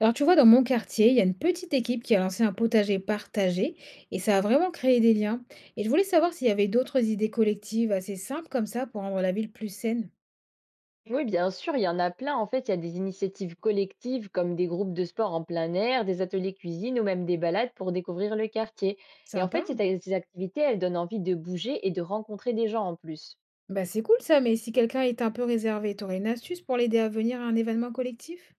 Alors tu vois, dans mon quartier, il y a une petite équipe qui a lancé un potager partagé et ça a vraiment créé des liens. Et je voulais savoir s'il y avait d'autres idées collectives assez simples comme ça pour rendre la ville plus saine. Oui, bien sûr, il y en a plein. En fait, il y a des initiatives collectives comme des groupes de sport en plein air, des ateliers cuisine ou même des balades pour découvrir le quartier. Et en Sympa. fait, ces activités, elles donnent envie de bouger et de rencontrer des gens en plus. Bah c'est cool ça, mais si quelqu'un est un peu réservé, t'aurais une astuce pour l'aider à venir à un événement collectif?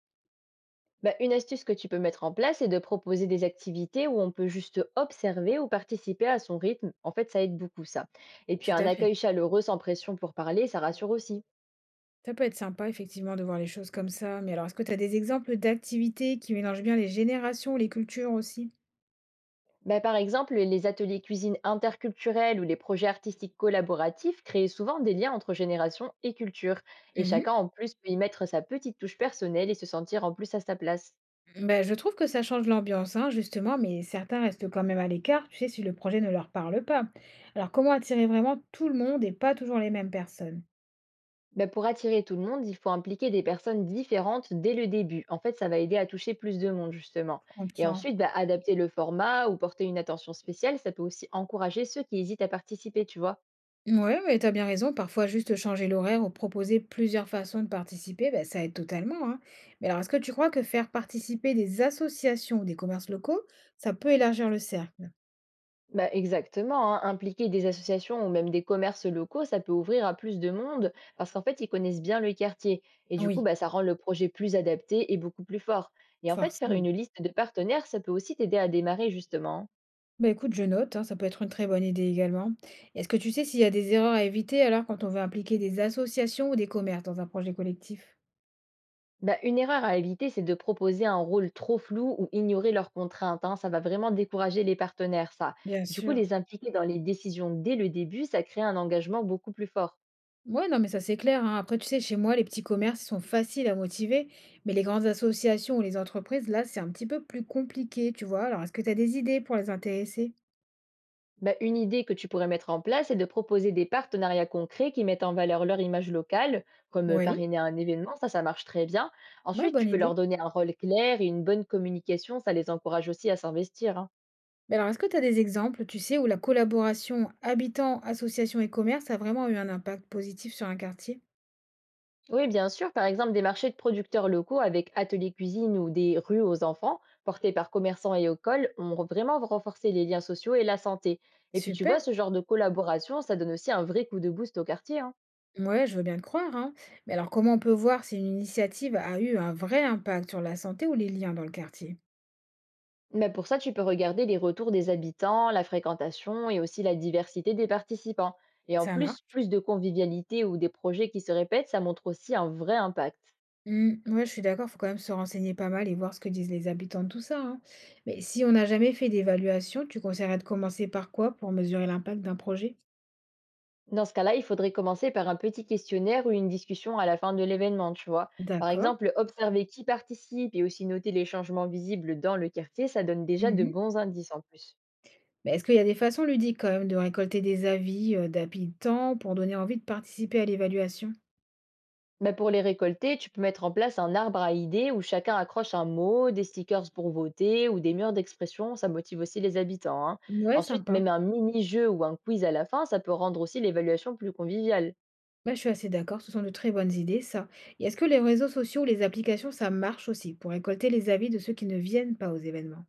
Bah, une astuce que tu peux mettre en place, c'est de proposer des activités où on peut juste observer ou participer à son rythme. En fait, ça aide beaucoup ça. Et puis, Tout un à fait. accueil chaleureux sans pression pour parler, ça rassure aussi. Ça peut être sympa effectivement de voir les choses comme ça. Mais alors, est-ce que tu as des exemples d'activités qui mélangent bien les générations, les cultures aussi? Bah, par exemple, les ateliers cuisine interculturels ou les projets artistiques collaboratifs créent souvent des liens entre générations et cultures. Et chacun, Mhm. en plus, peut y mettre sa petite touche personnelle et se sentir en plus à sa place. Ben, je trouve que ça change l'ambiance, hein, justement, mais certains restent quand même à l'écart, tu sais, si le projet ne leur parle pas. Alors, comment attirer vraiment tout le monde et pas toujours les mêmes personnes? Bah, pour attirer tout le monde, il faut impliquer des personnes différentes dès le début. En fait, ça va aider à toucher plus de monde, justement. Je Et comprends. ensuite, bah, adapter le format ou porter une attention spéciale, ça peut aussi encourager ceux qui hésitent à participer, tu vois. Ouais, mais t'as bien raison, parfois juste changer l'horaire ou proposer plusieurs façons de participer, ben, ça aide totalement, hein. Mais alors, est-ce que tu crois que faire participer des associations ou des commerces locaux, ça peut élargir le cercle? Bah, exactement, hein. Impliquer des associations ou même des commerces locaux, ça peut ouvrir à plus de monde parce qu'en fait, ils connaissent bien le quartier. Et du coup, Oui, bah, ça rend le projet plus adapté et beaucoup plus fort. Et en fait, faire une forcément. liste de partenaires, ça peut aussi t'aider à démarrer justement. Bah, écoute, je note, hein, ça peut être une très bonne idée également. Est-ce que tu sais s'il y a des erreurs à éviter alors quand on veut impliquer des associations ou des commerces dans un projet collectif? Bah, une erreur à éviter, c'est de proposer un rôle trop flou ou ignorer leurs contraintes, hein. Ça va vraiment décourager les partenaires, ça. Bien Du coup, sûr. les impliquer dans les décisions dès le début, ça crée un engagement beaucoup plus fort. Ouais, non, mais ça c'est clair, hein. Après, tu sais, chez moi, les petits commerces ils sont faciles à motiver, mais les grandes associations ou les entreprises, là, c'est un petit peu plus compliqué, tu vois. Alors, est-ce que tu as des idées pour les intéresser? Bah, une idée que tu pourrais mettre en place est de proposer des partenariats concrets qui mettent en valeur leur image locale, comme Oui, parrainer un événement, ça marche très bien. ouais, Ensuite, bonne tu peux idée. leur donner un rôle clair et une bonne communication, ça les encourage aussi à s'investir, hein. Mais alors, est-ce que tu as des exemples, tu sais, où la collaboration habitants, associations et commerces a vraiment eu un impact positif sur un quartier? Oui, bien sûr, par exemple, des marchés de producteurs locaux avec ateliers cuisine ou des rues aux enfants, portés par commerçants et écoles, ont vraiment renforcé les liens sociaux et la santé. Et puis, tu vois, Super. ce genre de collaboration, ça donne aussi un vrai coup de boost au quartier, hein. Ouais, je veux bien te croire, hein. Mais alors, comment on peut voir si une initiative a eu un vrai impact sur la santé ou les liens dans le quartier? Mais pour ça, tu peux regarder les retours des habitants, la fréquentation et aussi la diversité des participants. Et en Ça plus, marche. plus de convivialité ou des projets qui se répètent, ça montre aussi un vrai impact. Hmm, ouais, je suis d'accord, faut quand même se renseigner pas mal et voir ce que disent les habitants de tout ça, hein. Mais si on n'a jamais fait d'évaluation, tu conseillerais de commencer par quoi pour mesurer l'impact d'un projet? Dans ce cas-là, il faudrait commencer par un petit questionnaire ou une discussion à la fin de l'événement, tu vois. Par D'accord. exemple, observer qui participe et aussi noter les changements visibles dans le quartier, ça donne déjà de Mhm. bons indices en plus. Mais est-ce qu'il y a des façons ludiques quand même de récolter des avis d'habitants pour donner envie de participer à l'évaluation? Mais pour les récolter, tu peux mettre en place un arbre à idées où chacun accroche un mot, des stickers pour voter ou des murs d'expression. Ça motive aussi les habitants, hein. Ouais, Ensuite, sympa. même un mini-jeu ou un quiz à la fin, ça peut rendre aussi l'évaluation plus conviviale. Bah, je suis assez d'accord, ce sont de très bonnes idées, ça. Et est-ce que les réseaux sociaux ou les applications, ça marche aussi pour récolter les avis de ceux qui ne viennent pas aux événements?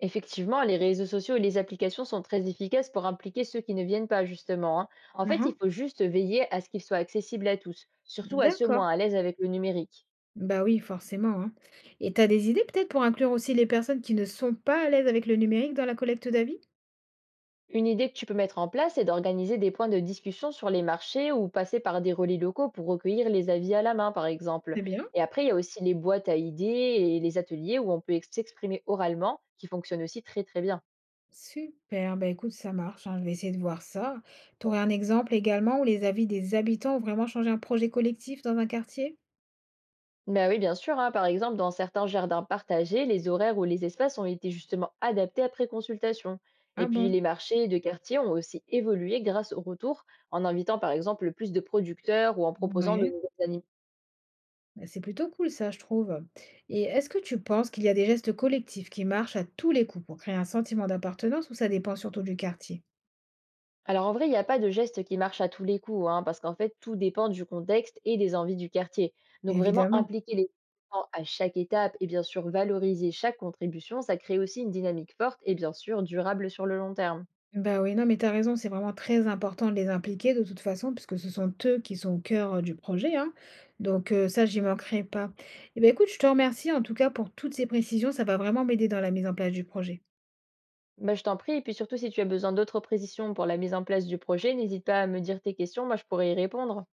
Effectivement, les réseaux sociaux et les applications sont très efficaces pour impliquer ceux qui ne viennent pas, justement, hein. En fait, il Mhm. faut juste veiller à ce qu'ils soient accessibles à tous, surtout à ceux D'accord. moins à l'aise avec le numérique. Bah oui, forcément, hein. Et t'as des idées peut-être pour inclure aussi les personnes qui ne sont pas à l'aise avec le numérique dans la collecte d'avis? Une idée que tu peux mettre en place est d'organiser des points de discussion sur les marchés ou passer par des relais locaux pour recueillir les avis à la main, par exemple. Très bien. Et après, il y a aussi les boîtes à idées et les ateliers où on peut s'exprimer oralement, qui fonctionnent aussi très très bien. Super, bah écoute, ça marche, hein, je vais essayer de voir ça. T'aurais un exemple également où les avis des habitants ont vraiment changé un projet collectif dans un quartier? Bah oui, bien sûr, hein, par exemple, dans certains jardins partagés, les horaires ou les espaces ont été justement adaptés après consultation. Et Ah puis bon? les marchés de quartier ont aussi évolué grâce au retour, en invitant par exemple plus de producteurs ou en proposant de Ouais. nouveaux animaux. Bah, c'est plutôt cool ça, je trouve. Et est-ce que tu penses qu'il y a des gestes collectifs qui marchent à tous les coups pour créer un sentiment d'appartenance ou ça dépend surtout du quartier? Alors en vrai, il n'y a pas de geste qui marche à tous les coups, hein, parce qu'en fait, tout dépend du contexte et des envies du quartier. Donc vraiment Évidemment. impliquer les gens à chaque étape et bien sûr valoriser chaque contribution, ça crée aussi une dynamique forte et bien sûr durable sur le long terme. Bah oui, non, mais t'as raison, c'est vraiment très important de les impliquer de toute façon, puisque ce sont eux qui sont au cœur du projet, hein. Donc ça, j'y manquerai pas. Et ben écoute, je te remercie en tout cas pour toutes ces précisions, ça va vraiment m'aider dans la mise en place du projet. Bah, je t'en prie, et puis surtout si tu as besoin d'autres précisions pour la mise en place du projet, n'hésite pas à me dire tes questions, moi je pourrais y répondre.